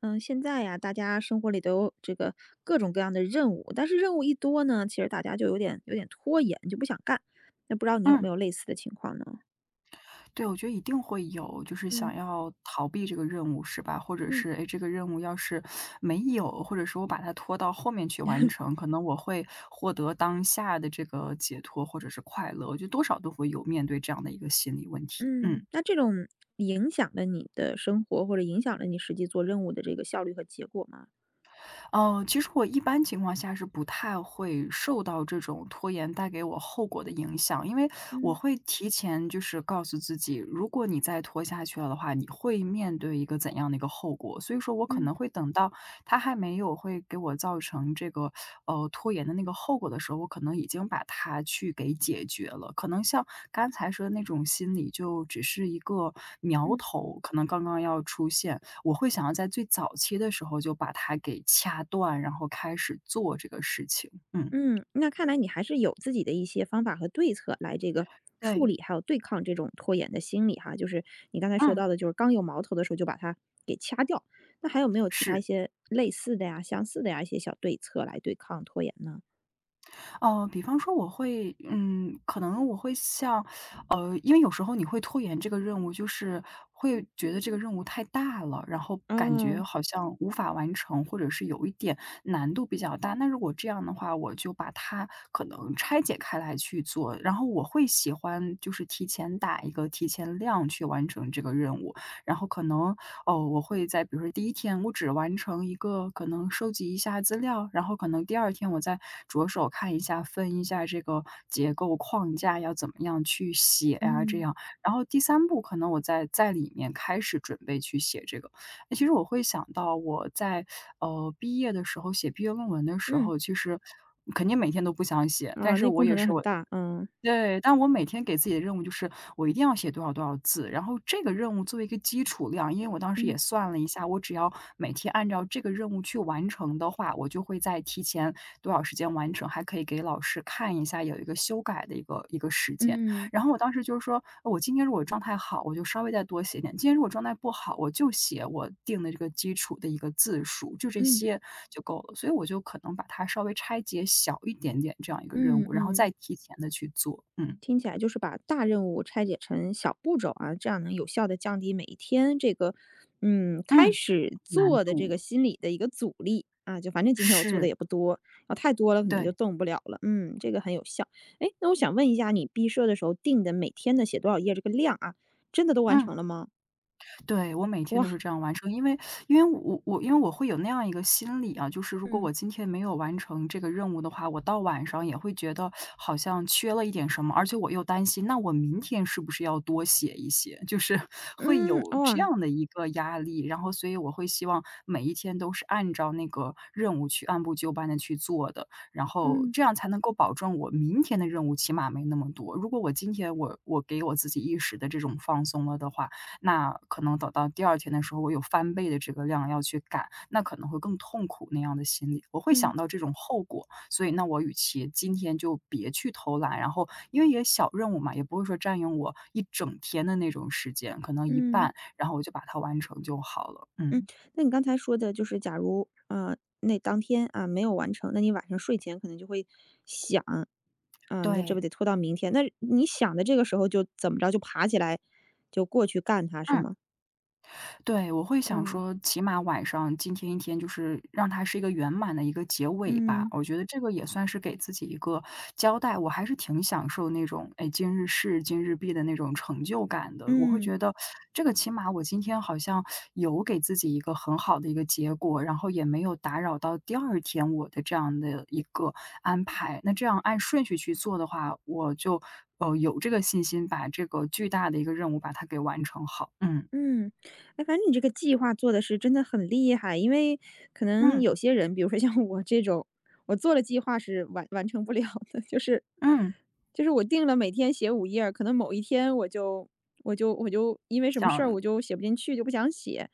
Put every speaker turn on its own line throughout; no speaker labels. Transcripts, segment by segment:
嗯，现在呀，大家生活里都有这个各种各样的任务，但是任务一多呢，其实大家就有点拖延，就不想干。那不知道你有没
嗯，
有类似的情况呢？
对，我觉得一定会有，就是
嗯
想要逃避这个任务是吧？或者
嗯
是，哎，这个任务要是没有，或者是我把它拖到后面去完成，可能我会获得当下的这个解脱或者是快乐，我觉得多少都会有面对这样的一个心理问题，
嗯。
嗯。
那这种影响了你的生活，或者影响了你实际做任务的这个效率和结果吗？
其实我一般情况下是不太会受到这种拖延带给我后果的影响，因为我
嗯
会提前就是告诉自己，如果你再拖下去了的话，你会面对一个怎样的一个后果。所以说我可
嗯
能会等到他还没有会给我造成这个拖延的那个后果的时候，我可能已经把它去给解决了。可能像刚才说的那种心理，就只是一个苗
嗯。
头，可能刚刚要出现。我会想要在最早期的时候就把它给掐断，然后开始做这个事情。嗯，
嗯，那看来你还是有自己的一些方法和对策来这个处
对。
理，还有对抗这种拖延的心理哈。就是你刚才说
嗯，
到的，就是刚有矛头的时候就把它给掐掉。那还有没有其他一
是。
些类似的呀、相似的呀一些小对策来对抗拖延呢？
比方说我会，可能我会像，因为有时候你会拖延这个任务，就是会觉得这个任务太大了，然后感
哦。
觉好像无法完成，或者是有一点难度比较大。那如果这样的话，我就把它可能拆解开来去做。然后我会喜欢就是提前打一个提前量去完成这个任务，然后可能哦，我会在比如说第一天我只完成一个可能收集一下资料，然后可能第二天我再着手看一下，分一下这个结构框架要怎么样去写呀这
嗯
样。然后第三步可能我再在里面开始准备去写这个。那其实我会想到我在，毕业的时候写毕业论文的时
嗯。
候，其实肯定每天都不想写，
啊，
但是
那
我
工程
也
量
是
很
我
大。嗯
对，但我每天给自己的任务就是，我一定要写多少多少字，然后这个任务作为一个基础量，因为我当时也
嗯
算了一下，我只要每天按照这个任务去完成的话，我就会在提前多少时间完成，还可以给老师看一下有一个修改的一个时间。
嗯
然后我当时就是说，我今天如果状态好，我就稍微再多写点；今天如果状态不好，我就写我定的这个基础的一个字数，就这
嗯
些就够了。所以我就可能把它稍微拆解小一点点这样一个任
嗯
务，然后
嗯。
再提前的去做。嗯
听起来就是把大任务拆解成小步骤啊，这样能有效的降低每一天这个，嗯，开
嗯，
始
难
做的这个
度
心理的一个阻力啊。就反正今天我做的
是，
也不多，啊，太多了可能就
对，
动不了了。嗯，这个很有效。哎，那我想问一下，你毕设的时候定的每天的写多少页这个量啊，真的都完
嗯。
成了吗？
对，我每天都
哇。
是这样完成，因为我会有那样一个心理啊，就是如果
嗯。
我今天没有完成这个任务的话，我到晚上也会觉得好像缺了一点什么，而且我又担心，那我明天是不是要多写一些？就是 会
嗯，
有这
哇，
样的一个压力，然后所以我会希望每一天都是按照那个任务去按部就班的去做的，然后
嗯
这样才能够保证我明天的任务起码没那么多。如果我今天我给我自己一时的这种放松了的话，那可能等到第二天的时候，我有翻倍的这个量要去赶，那可能会更痛苦那样的心理，我会
嗯
想到这种后果。所以那我与其今天就别去偷懒，然后因为也小任务嘛，也不会说占用我一整天的那种时间，可能一
嗯。
半，然后我就把它完成就好了。
嗯，
嗯，
那你刚才说的就是假如，啊，那当天啊，没有完成，那你晚上睡前可能就会想，啊，那这不
对，
得拖到明天？那你想的这个时候就怎么着，就爬起来，就过去干他是
嗯。
吗？
对，我会想
哇。
说，起码晚上今天一天，就是让它是一个圆满的一个结尾吧。
嗯。
我觉得这个也算是给自己一个交代。我还是挺享受那种，哎，今日事今日毕的那种成就感的。我会
嗯。
觉得，这个起码我今天好像有给自己一个很好的一个结果，然后也没有打扰到第二天我的这样的一个安排。那这样按顺序去做的话，我就有这个信心把这个巨大的一个任务把它给完成好。嗯
嗯，哎，反正你这个计划做的是真的很厉害，因为可能
嗯
有些人，比如说像我这种，我做了计划是完成不了的，就是
嗯。
就是我定了每天写5页儿可能某一天我就因为什么事儿
想
我就写不进去，就不想写，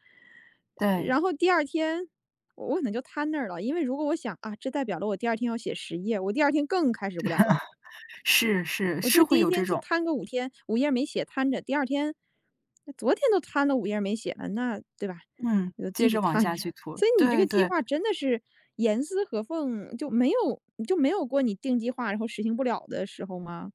对，
然后第二天我可能就瘫那儿了，因为如果我想啊，这代表了我第二天要写10页，我第二天更开始不了了。
是是，
我
是
就
会
第一
有这
天就
种
摊个5天五页没写摊着，第二天那昨天都摊了五页没写了，那对吧？
嗯，
我就继
接
续
着往
摊
下
着。
去涂，
所以你这
对
个计
对。
划真的是严丝合缝，就没有过你定计划，然后实行不了的时候吗？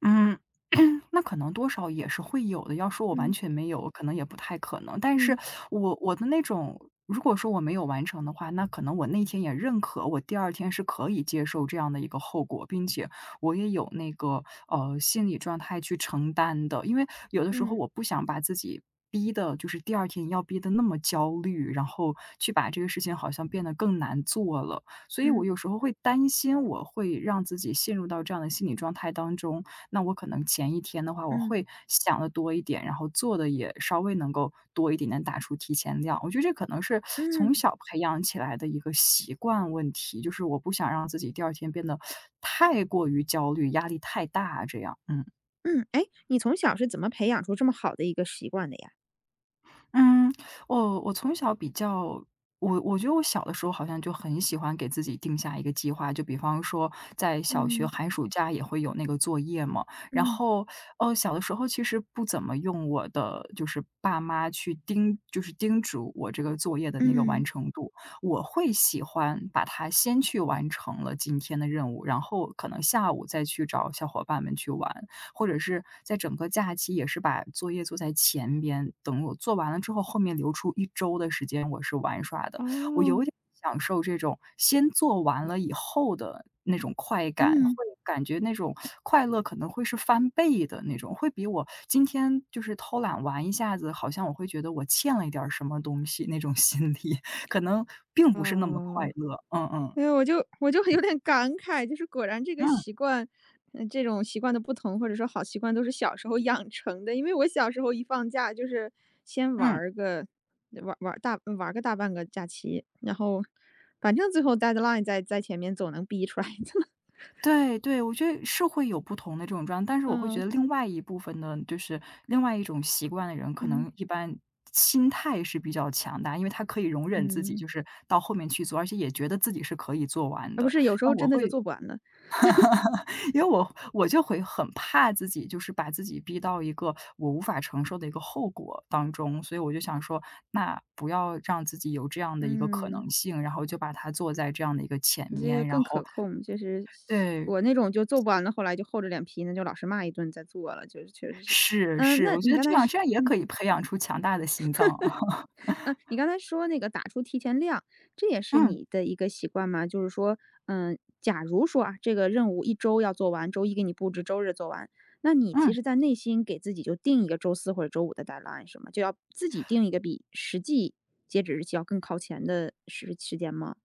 嗯，那可能多少也是会有的，要说我完
嗯
全没有，可能也不太可能。但是
嗯
我的那种如果说我没有完成的话，那可能我那天也认可，我第二天是可以接受这样的一个后果，并且我也有那个，心理状态去承担的。因为有的时候
嗯
我不想把自己逼的，就是第二天要逼的那么焦虑，然后去把这个事情好像变得更难做了。所以我
嗯
有时候会担心，我会让自己陷入到这样的心理状态当中。那我可能前一天的话，我
嗯
会想的多一点，然后做的也稍微能够多一点，打出提前量。我觉得这可能是
嗯
从小培养起来的一个习惯问题，就是我不想让自己第二天变得太过于焦虑，压力太大啊这样，嗯。
嗯。哎，你从小是怎么培养出这么好的一个习惯的呀？
嗯，我从小比较我觉得我小的时候好像就很喜欢给自己定下一个计划，就比方说在小学
嗯
寒暑假也会有那个作业嘛，然
嗯
后，哦，小的时候其实不怎么用我的就是爸妈去叮就是叮嘱我这个作业的那个完
嗯。
成度，我会喜欢把它先去完成了今天的任务，然后可能下午再去找小伙伴们去玩。或者是在整个假期也是把作业做在前边，等我做完了之后，后面留出一周的时间我是玩耍的。我
哦。
有点享受这种先做完了以后的那种快感，会
嗯。
感觉那种快乐可能会是翻倍的那种，会比我今天就是偷懒玩一下子，好像我会觉得我欠了一点儿什么东西那种心理，可能并不是那么快
哦。
乐。嗯嗯，
哎呀，我就有点感慨，就是果然这个
嗯，
习惯，嗯，这种习惯的不同，或者说好习惯都是小时候养成的。因为我小时候一放假就是先玩
嗯。
儿个玩个大半个假期，然后反正最后 deadline 在前面总能逼出来的。
对对，我觉得是会有不同的这种状态，但是我会觉
嗯
得另外一部分的，就是另外一种习惯的人，可
嗯
能一般心态是比较强大，因为他可以容忍自己，
嗯。
就是到后面去做，而且也觉得自己是可以做完
啊，不
的。
是，有时
那
候
我
真的就
会，
做不完了。
因为我就会很怕自己，就是把自己逼到一个我无法承受的一个后果当中，所以我就想说，那不要让自己有这样的一个可
嗯，
能性，然后就把它做在这样的一个前
你这个
面，然
更
后
可控，就是
对，
我那种就做不完了，后来就厚着脸皮，那就老师骂一顿再做了，就是确实是。
是
嗯，
是，
那
我觉
你
得
刚
这
才
样
是
这样也
嗯。
可以培养出强大的心脏啊
嗯，你刚才说那个打出提前量，这也 是
嗯
你的一个习惯吗？就是说，嗯，假如说啊，这个任务一周要做完，周一给你布置，周日做完，那你其
嗯，
实，在内心给自己就定一个周四或者周五的 deadline 是吗？就要自己定一个比实际截止日期要更靠前的时间吗？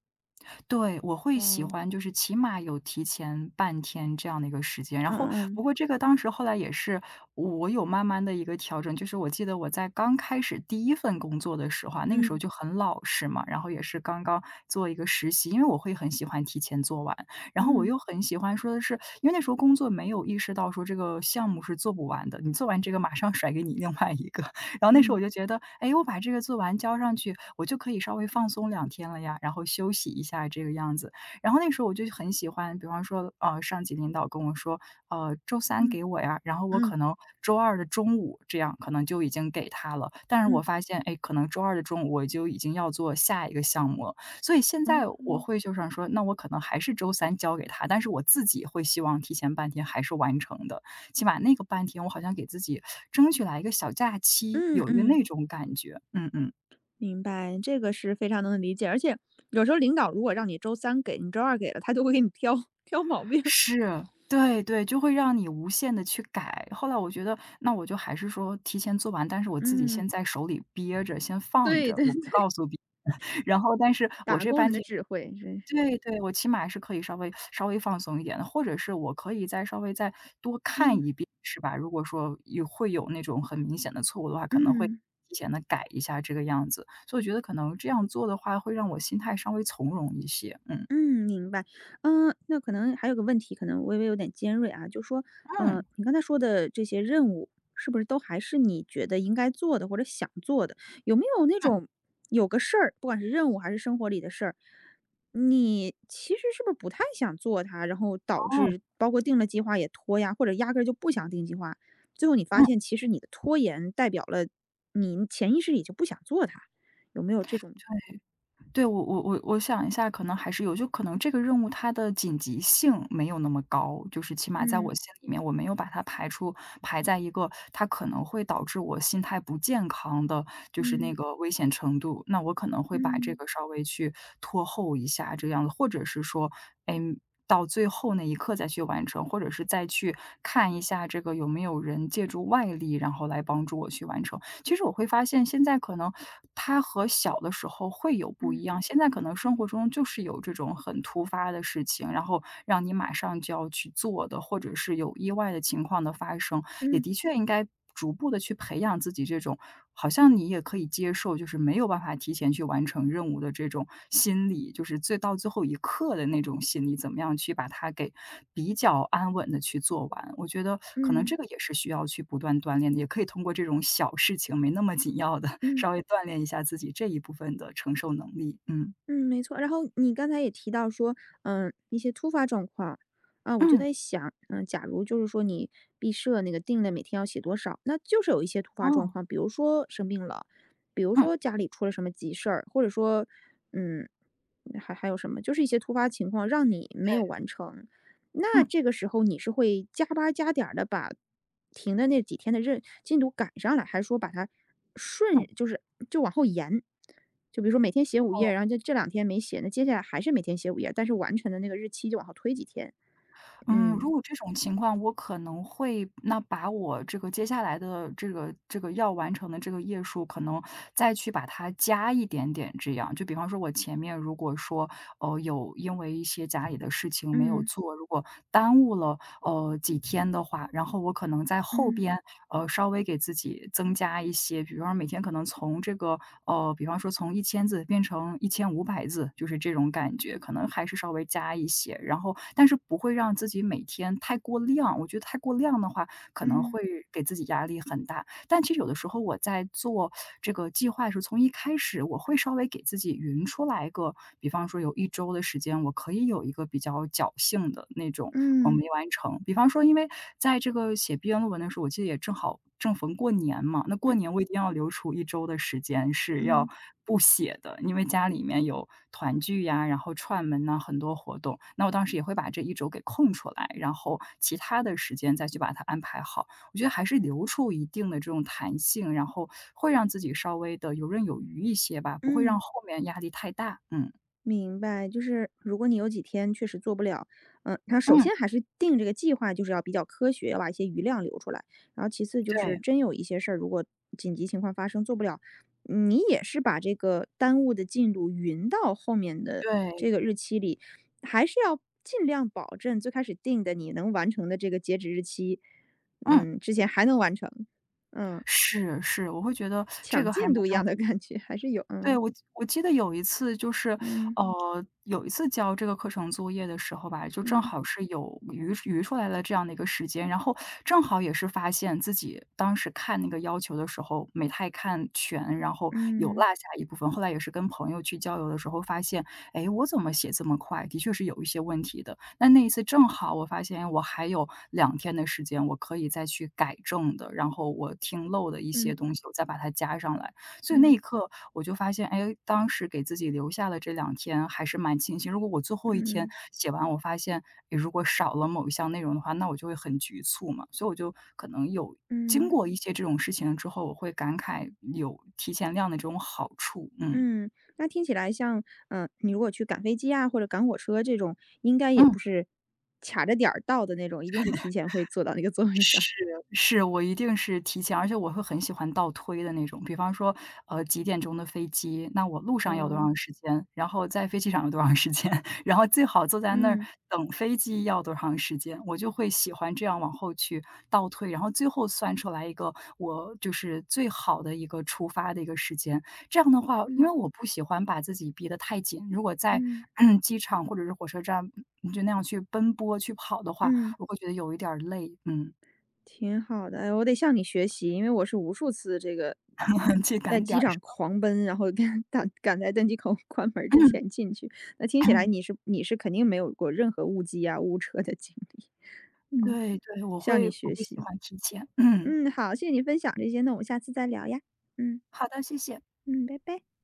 对，我会喜
哇。
欢就是起码有提前半天这样的一个时间。然后
嗯
不过这个当时后来也是我有慢慢的一个调整，就是我记得我在刚开始第一份工作的时候啊，那个时候
嗯
就很老实嘛，然后也是刚刚做一个实习，因为我会很喜欢提前做完。然后我
嗯
又很喜欢说的是因为那时候工作没有意识到说这个项目是做不完的，你做完这个马上甩给你另外一个。然后那时候
嗯
我就觉得，哎，我把这个做完交上去，我就可以稍微放松两天了呀，然后休息一下这个样子。然后那时候我就很喜欢，比方说，上级领导跟我说，周三
嗯
给我呀，然后我
嗯嗯
可能周二的中午这样可能就已经给他了，但是我
嗯。
发现，哎，可能周二的中午我就已经要做下一个项目了。所以现
哦。
在我会就想说，那我可能还是周三交给他，但是我自己会希望提前半天还是完成的。起码那个半天我好像给自己争取来一个小假期，
嗯
有一个
嗯。
那种感觉。嗯嗯，
明白，这个是非常能理解，而且有时候领导如果让你周三给，你周二给了，他就会给你挑 挑毛病。
是，对对，就会让你无限的去改。后来我觉得，那我就还是说提前做完，但是我自己
嗯。
先在手里憋着，先放
对
着，
对
我
对，
不告诉别人。然后但是我
打
这
工人
半
的
天
智慧，真是。
对对，我起码是可以稍微稍微放松一点的，或者是我可以再稍微再多看
嗯
一遍，是吧？如果说有会有那种很明显的错误的话，可能会
嗯。
提前的改一下这个样子。所以我觉得可能这样做的话，会让我心态稍微从容一些。嗯，
嗯，明白。嗯，那可能还有个问题，可能微微有点尖锐啊，就说，嗯，
嗯，
你刚才说的这些任务，是不是都还是你觉得应该做的或者想做的？有没有那
嗯，
种有个事儿，不管是任务还是生活里的事儿，你其实是不是不太想做它，然后导
哦，
致包括定了计划也拖呀，或者压根儿就不想定计划，最后你发
嗯。
现其实你的拖延代表了你潜意识里就不想做它，有没有这种？
对，我想一下，可能还是有，就可能这个任务它的紧急性没有那么高，就是起码在
嗯
我心里面，我没有把它排在一个它可能会导致我心态不健康的，就是
嗯
那
嗯
个危险程度，那我可能会把这
嗯
个稍微去拖后一下这样子，或者是说，哎，到最后那一刻再去完成，或者是再去看一下这个有没有人借助外力，然后来帮助我去完成。其实我会发现现在可能他和小的时候会有不
嗯。
一样，现在可能生活中就是有这种很突发的事情，然后让你马上就要去做的，或者是有意外的情况的发生。也
嗯
的确应该逐步的去培养自己这种，好像你也可以接受，就是没有办法提前去完成任务的这种心理，就是最到最后一刻的那种心理，怎么样去把它给比较安稳的去做完。我觉得可能
嗯
这个也是需要去不断锻炼的，也可以通过这种小事情，没那么紧要的，
嗯
稍微锻炼一下自己这一部分的承受能力，嗯。
嗯，没错。然后你刚才也提到说，嗯，一些突发状况啊，我就
嗯，
在想，嗯，假如就是说你毕设那个定了每天要写多少，那就是有一些突发状
哦，
况，比如说生病了，比如
嗯，
说家里出了什么急事儿，或者说，嗯，还还有什么，就是一些突发情况让你没
对，
有完成。那
嗯，
这个时候你是会加班儿加点儿的把停的那几天的任进度赶上来，还是说把它顺
嗯，
就是就往后延？就比如说每天写五页，
哦。
然后就这两天没写，那接下来还是每天写五页，但是完成的那个日期就往后推几天。
嗯，如
嗯
果这种情况，我可能会那把我这个接下来的这个要完成的这个页数，可能再去把它加一点点，这样。就比方说，我前面如果说，有因为一些家里的事情没有
嗯
做，如果耽误了几天的话，然后我可能在后
嗯
边稍微给自己增加一些，比方说每天可能从这个比方说从一千字变成一千五百字，就是这种感觉，可能还是稍微加一些。然后但是不会让自己每天太过量，我觉得太过量的话，可能
嗯
会给自己压力很大。但其实有的时候我在做这个计划的时候，从一开始我会稍微给自己匀出来一个，比方说有一周的时间，我可以有一个比较侥幸的那种，我
嗯
没完成。比方说因为在这个写毕业论文的时候，我记得也正好正逢过年嘛，那过年我一定要留出一周的时间是
嗯
要
嗯
不写的，因为家里面有团聚呀，然后串门呐，很多活动。那我当时也会把这一周给空出来，然后其他的时间再去把它安排好。我觉得还是留出一定的这种弹性，然后会让自己稍微的游刃有余一些吧，不会
嗯。
让后面压力太大，嗯。
明白，就是如果你有几天确实做不了，嗯，那首
嗯，
先还是定这个计划，就是要比较科学，要把一些余量留出来。然后其次就是
对，
真有一些事儿，如果紧急情况发生做不了，你也是把这个耽误的进度匀到后面的
对，
这个日期里，还是要尽量保证最开始定的你能完成的这个截止日期，
嗯，
嗯，之前还能完成，嗯，
是，是，我会觉得这
抢
个还
进
蛮
度一
重
样的
要。
感觉还是有，
对，
嗯
我记得有一次就是，
嗯
有一次交这个课程作业的时候吧，就正
嗯
好是有余出来了这样的一个时间，然后正好也是发现自己当时看那个要求的时候没太看全，然后有落
嗯
下一部分。后来也是跟朋友去交流的时候发现，哎，我怎么写这么快？的确是有一些问题的。那一次正好我发现我还有两天的时间，我可以再去改正的，然后我听漏的一些
嗯
东西，我再把它加上来。所以那
嗯。
一刻我就发现，哎，当时给自己留下的这两天还是蛮庆幸。如果我最后一天
嗯
写完，我发现，诶，如果少了某一项内容的话，那我就会很局促嘛。所以我就可能有经
嗯
过一些这种事情之后，我会感慨有提前量的这种好处，嗯。
嗯。那听起来像，嗯，你如果去赶飞机啊，或者赶火车这种，应该也
嗯。
不是卡着点儿到的那种，一定是提前会坐到那个 座位上。
是，是，我一定是提前，而且我会很喜欢倒推的那种。比方说，几点钟的飞机，那我路上要多
哦。
长时间，然后在飞机上要多长时间，然后最好坐在那儿
嗯
等飞机要多长时间，我就会喜欢这样往后去倒推，然后最后算出来一个我就是最好的一个出发的一个时间。这样的话，因
嗯
为我不喜欢把自己逼得太紧，如果在
嗯
机场或者是火车站，你就那样去奔波去跑的话，
嗯。
我会觉得有一点儿累，嗯。
挺好的。哎，我得向你学习，因为我是无数次这个
嗯去
在
赶点
机
儿是
场
吧？
狂奔，然后赶在登机口 关门之前进去。那听起来你 是你是肯定没有过任何误机啊、误车的经历。嗯，
对对，我
向
会
你
我
学
会喜
习。
欢提前，嗯，
嗯，好，谢谢你分享这些，那我们下次再聊呀。嗯
好的，谢谢。
嗯，拜拜。